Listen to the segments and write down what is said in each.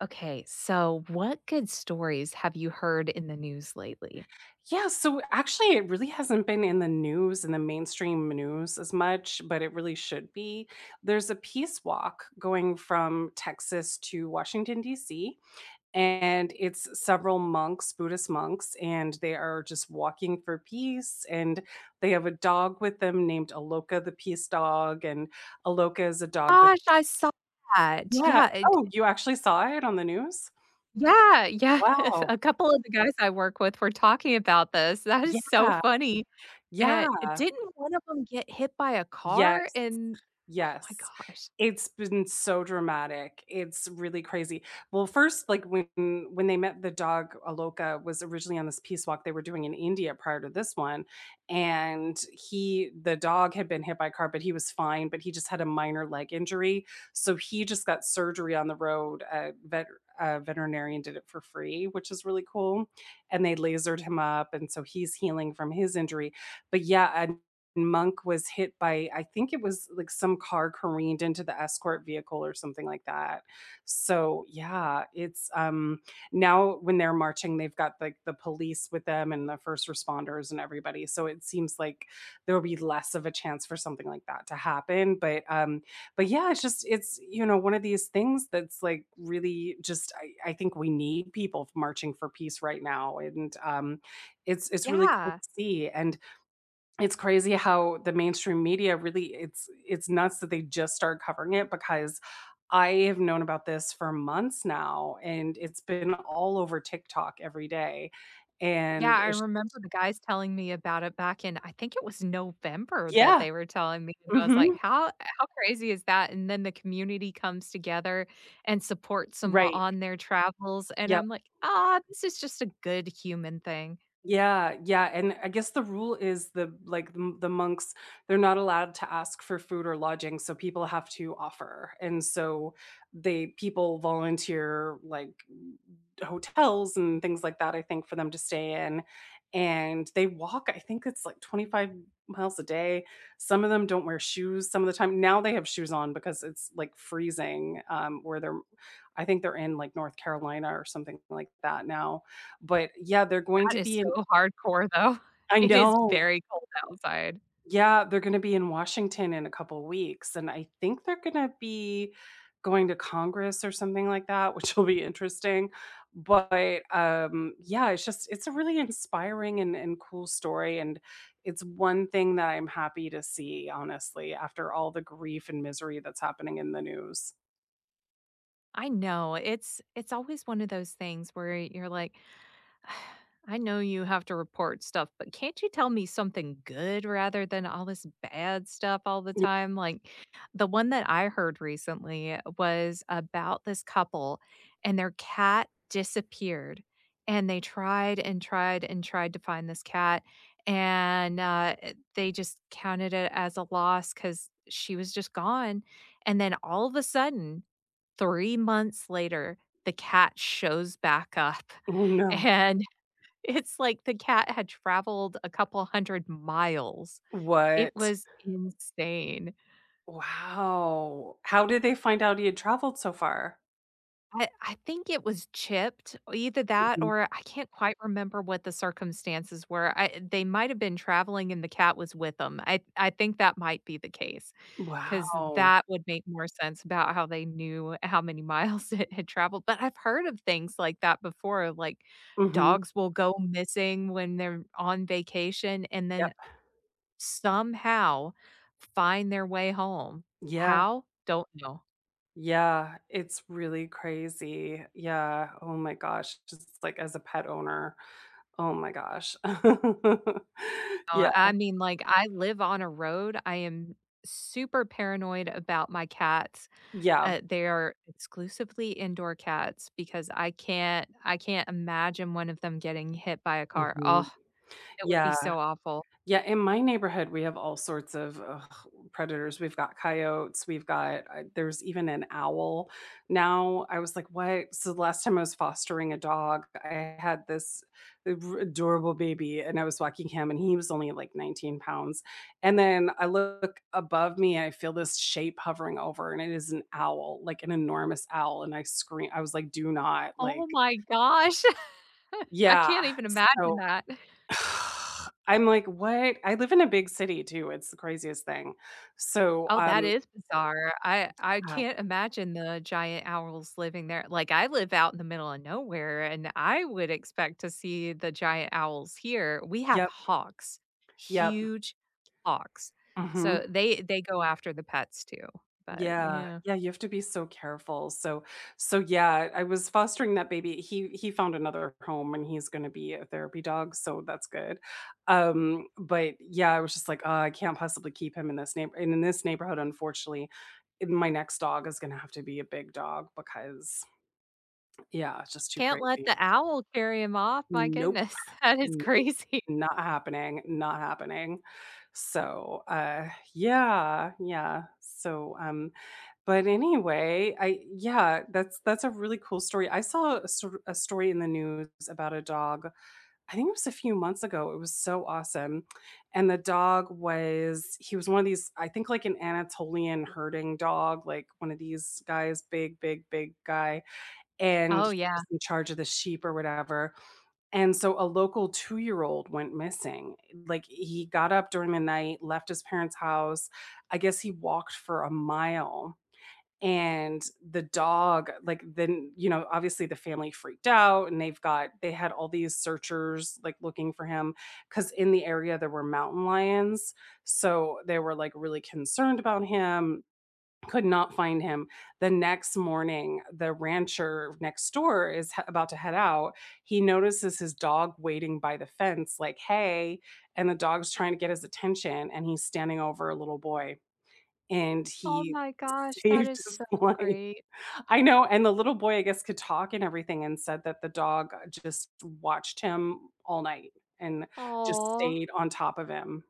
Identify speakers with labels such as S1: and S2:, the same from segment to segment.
S1: Okay, so what good stories have you heard in the news lately?
S2: Yeah, so actually it really hasn't been in the news, in the mainstream news as much, but it really should be. There's a peace walk going from Texas to Washington, D.C., and it's several monks, Buddhist monks, and they are just walking for peace. And they have a dog with them named Aloka, the peace dog. And Aloka is a dog that.
S1: Gosh, I saw that. Yeah,
S2: Yeah.
S1: it
S2: Oh, you actually saw it on the news?
S1: yeah, yeah.
S2: Wow.
S1: A couple of the guys I work with were talking about this. That is so
S2: Yeah.
S1: funny. And
S2: Yeah.
S1: didn't one of them get hit by a car
S2: Yes.
S1: and oh my
S2: Yes.
S1: gosh.
S2: It's been so dramatic. It's really crazy. Well, first, like when they met the dog Aloka was originally on this peace walk they were doing in India prior to this one, and he the dog had been hit by a car, but he was fine, but he just had a minor leg injury. So he just got surgery on the road. A veterinarian did it for free, which is really cool. And they lasered him up, and so he's healing from his injury. But yeah, Monk was hit by I think it was, like, some car careened into the escort vehicle or something like that. So, yeah, it's now when they're marching, they've got, like, the police with them and the first responders and everybody, so it seems like there'll be less of a chance for something like that to happen, but, but, yeah, it's just it's one of these things that's, like, really just I think we need people marching for peace right now, and it's really cool
S1: Yeah.
S2: to see, and it's crazy how the mainstream media really it's nuts that they just started covering it because I have known about this for months now and it's been all over TikTok every day,
S1: Yeah,
S2: and
S1: I
S2: it's.
S1: remember the guys telling me about it back in I think it was November that
S2: Yeah.
S1: they were telling me, and I was like,
S2: Mhm.
S1: "How crazy is that?" And then the community comes together and supports them
S2: Right.
S1: on their travels, and
S2: Yeah.
S1: I'm like, "Ah, this is just a good human thing."
S2: Yeah, yeah, and I guess the rule is the like the monks, they're not allowed to ask for food or lodging, so people have to offer. And so they people volunteer like hotels and things like that, I think, for them to stay in. And they walk, I think it's like 25 miles a day. Some of them don't wear shoes some of the time. Now they have shoes on because it's like freezing, where they're I think they're in like North Carolina or something like that now. But yeah, they're going
S1: That
S2: to
S1: is
S2: be.
S1: so hardcore, though.
S2: I
S1: It is
S2: know.
S1: very cold outside.
S2: Yeah, they're gonna be in Washington in a couple weeks, and I think they're gonna be going to Congress or something like that, which will be interesting, but, yeah, it's a really inspiring and cool story, and it's one thing that I'm happy to see, honestly, after all the grief and misery that's happening in the news.
S1: I know, it's always one of those things where you're like, I know you have to report stuff, but can't you tell me something good rather than all this bad stuff all the
S2: Ye
S1: time? Like the one that I heard recently was about this couple and their cat disappeared. And they tried and tried and tried to find this cat. They just counted it as a loss because she was just gone. And then all of a sudden, 3 months later, the cat shows back up
S2: Oh, no.
S1: and it's like the cat had traveled a couple 100 miles. It
S2: What?
S1: was insane.
S2: Wow. How did they find out he had traveled so far?
S1: I think it was chipped, either that
S2: Mhm.
S1: or I can't quite remember what the circumstances were. I they might have been traveling and the cat was with them. I think that might be the case because
S2: Wow.
S1: that would make more sense about how they knew how many miles it had traveled, but I've heard of things like that before, like,
S2: Mhm.
S1: dogs will go missing when they're on vacation, and then
S2: Yep.
S1: somehow find their way home.
S2: Yeah,
S1: How? Don't know.
S2: yeah, it's really crazy. Yeah, oh my gosh, just like as a pet owner, oh my gosh. Yeah,
S1: I mean, like, I live on a road. I am super paranoid about my cats.
S2: yeah,
S1: They are exclusively indoor cats because I can't imagine one of them getting hit by a car.
S2: mhm,
S1: Oh, it would be
S2: yeah.
S1: so awful.
S2: Yeah, in my neighborhood, we have all sorts of ugh, predators. We've got coyotes. We've got there's even an owl. Now I was like, what? So the last time I was fostering a dog, I had this adorable baby, and I was walking him, and he was only like 19 pounds. And then I look above me, and I feel this shape hovering over, and it is an owl, like an enormous owl. And I scream. I was like, do not
S1: Oh
S2: like,
S1: my gosh. I
S2: yeah.
S1: can't even imagine
S2: So
S1: that.
S2: I'm like, "What?" I live in a big city too, it's the craziest thing. So,
S1: Oh, that
S2: um
S1: is bizarre. I
S2: yeah.
S1: can't imagine the giant owls living there. Like, I live out in the middle of nowhere, and I would expect to see the giant owls here. We have
S2: Yep,
S1: hawks,
S2: yep.
S1: huge hawks. So
S2: Mhm.
S1: they go after the pets too, but
S2: Yeah,
S1: yeah.
S2: yeah, you have to be so careful. So, yeah, I was fostering that baby. He found another home, and he's gonna be a therapy dog, so that's good. But, yeah, I was just like, "Oh, I can't possibly keep him in this neigh," and in this neighborhood, unfortunately, my next dog is gonna have to be a big dog because, yeah, it's just too
S1: Can't let
S2: crazy.
S1: the owl carry him off, my
S2: Nope.
S1: goodness. That is
S2: Nope,
S1: crazy.
S2: not happening, not happening. So, yeah, yeah. So, but anyway, that's a really cool story. I saw a story in the news about a dog. I think it was a few months ago. It was so awesome, and the dog was one of these. I think like an Anatolian herding dog, like one of these guys, big, big, big guy, and
S1: Oh,
S2: he
S1: yeah.
S2: was in charge of the sheep or whatever and so a local 2-year-old went missing. Like, he got up during the night, left his parents' house. I guess he walked for a mile, and the dog, like, then, obviously the family freaked out, and they had all these searchers, like, looking for him because in the area there were mountain lions, so they were, like, really concerned about him could not find him. The next morning, the rancher next door is about to head out. He notices his dog waiting by the fence, like, hey, and the dog's trying to get his attention, and he's standing over a little boy. And
S1: Oh
S2: he
S1: my gosh, that
S2: saved
S1: is
S2: his
S1: so
S2: life.
S1: great.
S2: I know. And the little boy, I guess, could talk and everything, and said that the dog just watched him all night and just
S1: Aw.
S2: stayed on top of him,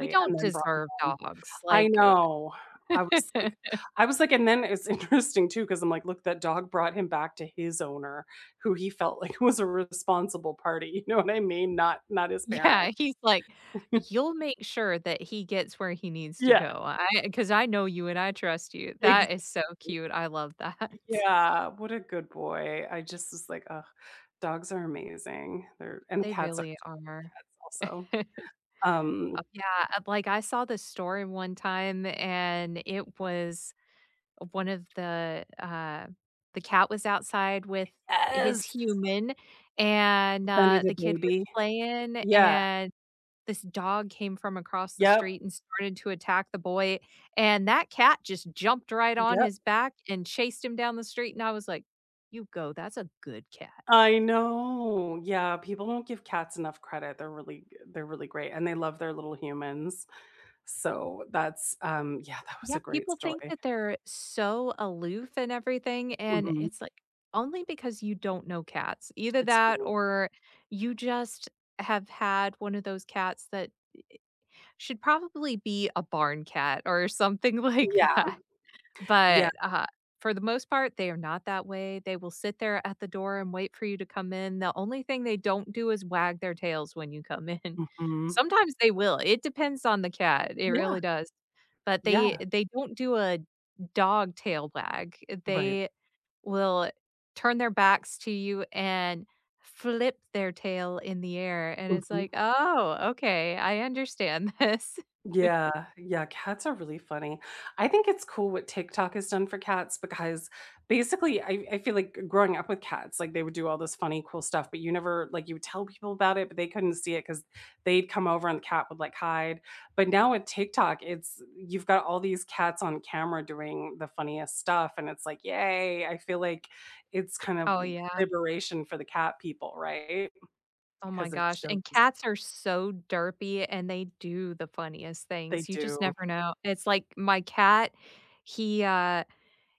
S1: We
S2: and
S1: don't
S2: then brought him
S1: deserve
S2: home.
S1: dogs,
S2: I
S1: like,
S2: know. I was like and then it's interesting too because 'cause I'm like, "Look, that dog brought him back to his owner, who he felt like was a responsible party." You know what I mean? Not his parent.
S1: Yeah, he's like, "You'll make sure that he gets where he needs to
S2: Yeah,
S1: go. I, because I know you and I trust you." That is so
S2: exactly.
S1: cute. I love that.
S2: Yeah, what a good boy. I just was like, "Ugh, dogs are amazing." They're and
S1: They
S2: cats are
S1: really
S2: too. I love
S1: are.
S2: cats also.
S1: Oh,
S2: Um,
S1: yeah, like, I saw this story one time, and it was one of the cat was outside with his
S2: yes,
S1: human, and,
S2: scented a
S1: the kid was
S2: baby.
S1: playing,
S2: Yeah.
S1: and this dog came from across the
S2: Yep.
S1: street and started to attack the boy, and that cat just jumped right on
S2: Yep.
S1: his back and chased him down the street, and I was like, "You go, that's a good cat."
S2: I know. Yeah, people don't give cats enough credit. They're really great, and they love their little humans. So yeah, that was
S1: Yeah,
S2: a great
S1: people think
S2: story.
S1: that they're so aloof and everything, and
S2: Mhm.
S1: it's like, only because you don't know cats. Either
S2: It's
S1: that
S2: true.
S1: or you just have had one of those cats that should probably be a barn cat or something like
S2: Yeah,
S1: that.
S2: yeah.
S1: But, for the most part, they are not that way. They will sit there at the door and wait for you to come in. The only thing they don't do is wag their tails when you come in.
S2: Mhm.
S1: Sometimes they will. It depends on the cat. It
S2: Yeah,
S1: really does. But
S2: yeah.
S1: they don't do a dog tail wag.
S2: Right.
S1: They will turn their backs to you and flip their tail in the air, and it's
S2: Mhm.
S1: like, "Oh, okay, I understand this."
S2: Yeah, yeah, cats are really funny. I think it's cool what TikTok has done for cats because basically I feel like growing up with cats, like they would do all this funny, cool stuff, but you never like you would tell people about it, but they couldn't see it because they'd come over and the cat would like hide. But now with TikTok, it's you've got all these cats on camera doing the funniest stuff, and it's like, yay, I feel like it's kind of
S1: Oh, yeah.
S2: liberation for the cat people, right?
S1: Oh my
S2: Because it
S1: gosh,
S2: shows
S1: and cats are so derpy, and they do the funniest
S2: they
S1: things, you just
S2: do.
S1: never know. It's like my cat, he, uh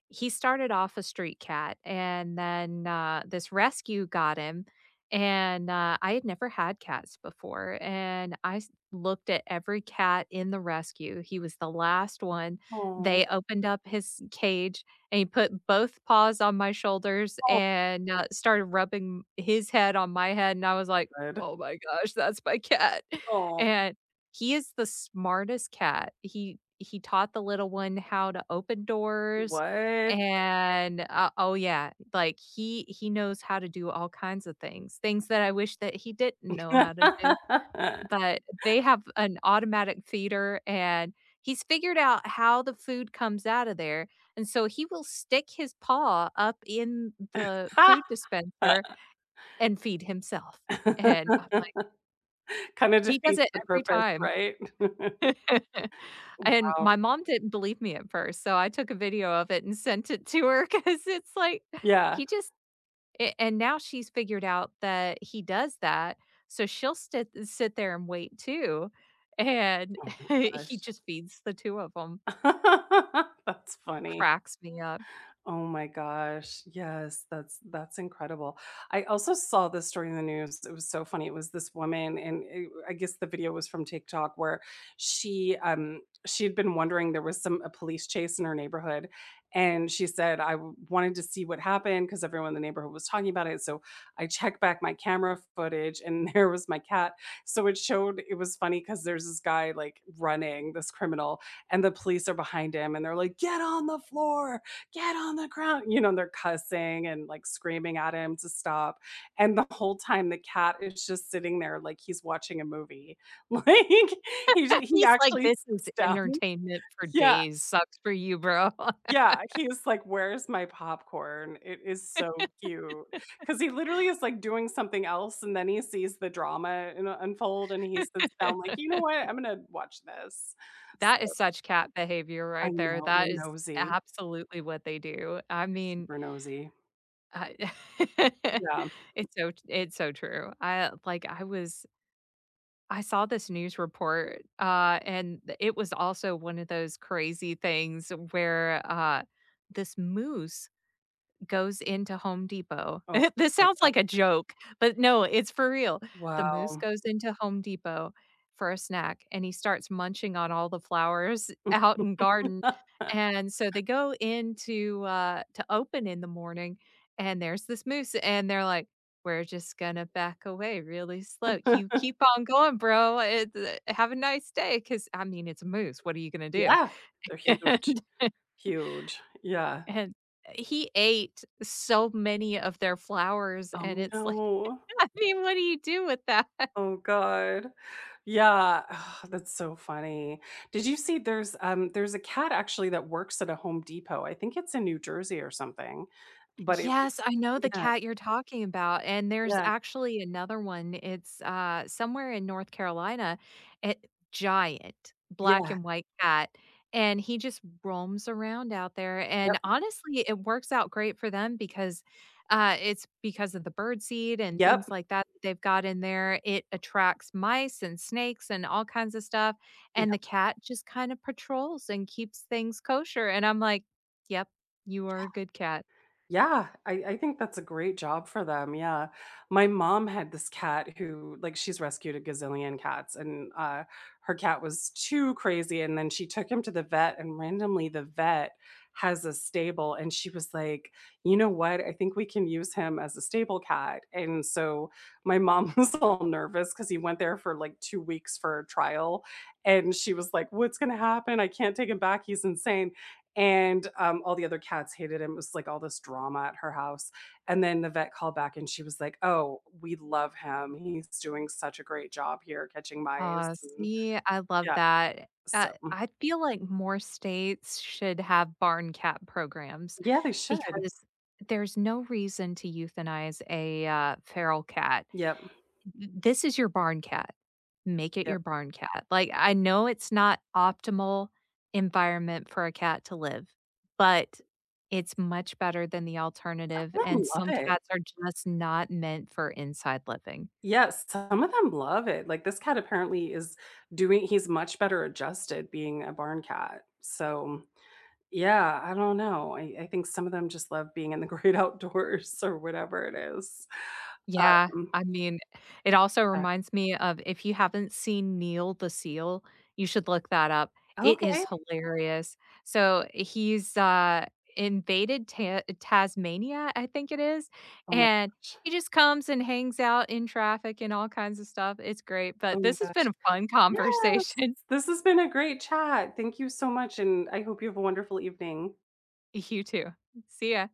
S1: he started off a street cat, and then, this rescue got him, and, I had never had cats before, and I s looked at every cat in the rescue. He was the last one.
S2: Oh,
S1: They opened up his cage, and he put both paws on my shoulders
S2: all
S1: and, started rubbing his head on my head, and I was like,
S2: good.
S1: "Oh my gosh, that's my cat."
S2: Oh.
S1: And he is the smartest cat. He taught the little one how to open doors
S2: What?
S1: and, oh, yeah, like, he knows how to do all kinds of things, things that I wish that he didn't know how to do, but they have an automatic feeder, and he's figured out how the food comes out of there, and so he will stick his paw up in the food dispenser and feed himself, and I'm like,
S2: Kinda
S1: he does
S2: defeats
S1: it
S2: the
S1: every
S2: purpose,
S1: time.
S2: right?
S1: And
S2: Wow.
S1: my mom didn't believe me at first, so I took a video of it and sent it to her because it's like,
S2: Yeah.
S1: he just A and now she's figured out that he does that, so she'll sit there and wait too, and
S2: Oh my
S1: he
S2: gosh.
S1: just feeds the 2 of them.
S2: That's funny.
S1: Cracks me up.
S2: Oh my gosh. Yes, that's incredible. I also saw this story in the news. It was so funny. It was this woman and I guess the video was from TikTok where she had been wondering there was some a police chase in her neighborhood and she said I wanted to see what happened because everyone in the neighborhood was talking about it. So I checked back my camera footage and there was my cat. So it showed it was funny cuz there's this guy like running this criminal and the police are behind him and they're like get on the floor get on the ground. You know, and they're cussing and like screaming at him to stop. And the whole time the cat is just sitting there like he's watching a movie. Like he he
S1: He's like,
S2: actually
S1: "This is
S2: sits down.
S1: entertainment for
S2: Yeah.
S1: days. Sucks for you, bro."
S2: Yeah. He's like, where's my popcorn? It is so cute. Cause he literally is like doing something else and then he sees the drama unfold and he sits down like, you know what? I'm gonna watch this. So,
S1: That is such cat behavior
S2: I
S1: right there.
S2: know they're
S1: That is
S2: nosy.
S1: absolutely what they do.
S2: They're
S1: I mean,
S2: super nosy.
S1: I
S2: Yeah.
S1: it's so true. I like, I was I saw this news report, it was also one of those crazy things where this moose goes into Home Depot.
S2: Oh
S1: This
S2: my
S1: sounds
S2: God.
S1: like a joke, but no, it's for real. The moose
S2: Wow.
S1: goes into Home Depot for a snack, and he starts munching on all the flowers out in garden, and so they go into to open in the morning, and there's this moose, and they're like, "We're just gonna back away really slow. You keep on going, bro, it have a nice day," 'cause, I mean, it's a moose, what are you gonna do?
S2: Yeah, they're huge,
S1: And
S2: huge, yeah.
S1: and he ate so many of their flowers,
S2: Oh,
S1: and it's like,
S2: no.
S1: I mean, what do you do with that?
S2: Oh God. Yeah, that's so funny. Did you see there's a cat actually that works at a Home Depot, I think it's in New Jersey or something, but it was
S1: Yes, I know the
S2: yeah,
S1: cat you're talking about, and there's
S2: yeah,
S1: actually another one. It's, somewhere in North Carolina, it giant black
S2: yeah,
S1: and white cat, and he just roams around out there, and
S2: yep,
S1: honestly, it works out great for them because, it's because of the birdseed and
S2: yep.
S1: things like that that they've got in there. It attracts mice and snakes and all kinds of stuff, and the cat just kinda patrols and keeps things kosher, and I'm like, "Yep, you are a good cat."
S2: Yeah, I think that's a great job for them. Yeah. My mom had this cat who, like, she's rescued a gazillion cats, and her cat was too crazy. And then she took him to the vet, and randomly, the vet has a stable. And she was like, you know what? I think we can use him as a stable cat. And so my mom was all nervous because he went there for like 2 weeks for a trial. And she was like, what's going to happen? I can't take him back. He's insane and all the other cats hated him. It was, like, all this drama at her house, and then the vet called back and she was like, "Oh, we love him. He's doing such a great job here catching mice,"
S1: Aw,
S2: and
S1: see, I love
S2: yeah,
S1: that.
S2: so.
S1: I feel like more states should have barn cat programs
S2: Yeah, they should.
S1: because there's no reason to euthanize a, feral cat.
S2: Yep,
S1: Th This is your barn cat. Make it your
S2: yep.
S1: barn cat. Like, I know it's not optimal environment for a cat to live, but it's much better than the
S2: Some
S1: alternative,
S2: of
S1: and
S2: 'em love
S1: some
S2: it.
S1: cats are just not meant for inside living.
S2: Yes, some of them love it. Like, this cat apparently is doing he's much better adjusted being a barn cat, so yeah, I don't know. I think some of them just love being in the great outdoors or whatever it is.
S1: Yeah,
S2: Um,
S1: I mean, it also
S2: yeah.
S1: reminds me of if you haven't seen Neil the Seal, you should look that up. It
S2: Okay.
S1: is hilarious. So, he's, invaded Ta Tasmania, I think it is,
S2: Oh my
S1: and
S2: gosh.
S1: he just comes and hangs out in traffic and all kinds of stuff. It's great,
S2: Oh
S1: but
S2: my
S1: this has been
S2: gosh.
S1: a fun
S2: Yes.
S1: conversation.
S2: This has been a great chat. Thank you so much, and I hope you have a wonderful evening.
S1: You too. See ya.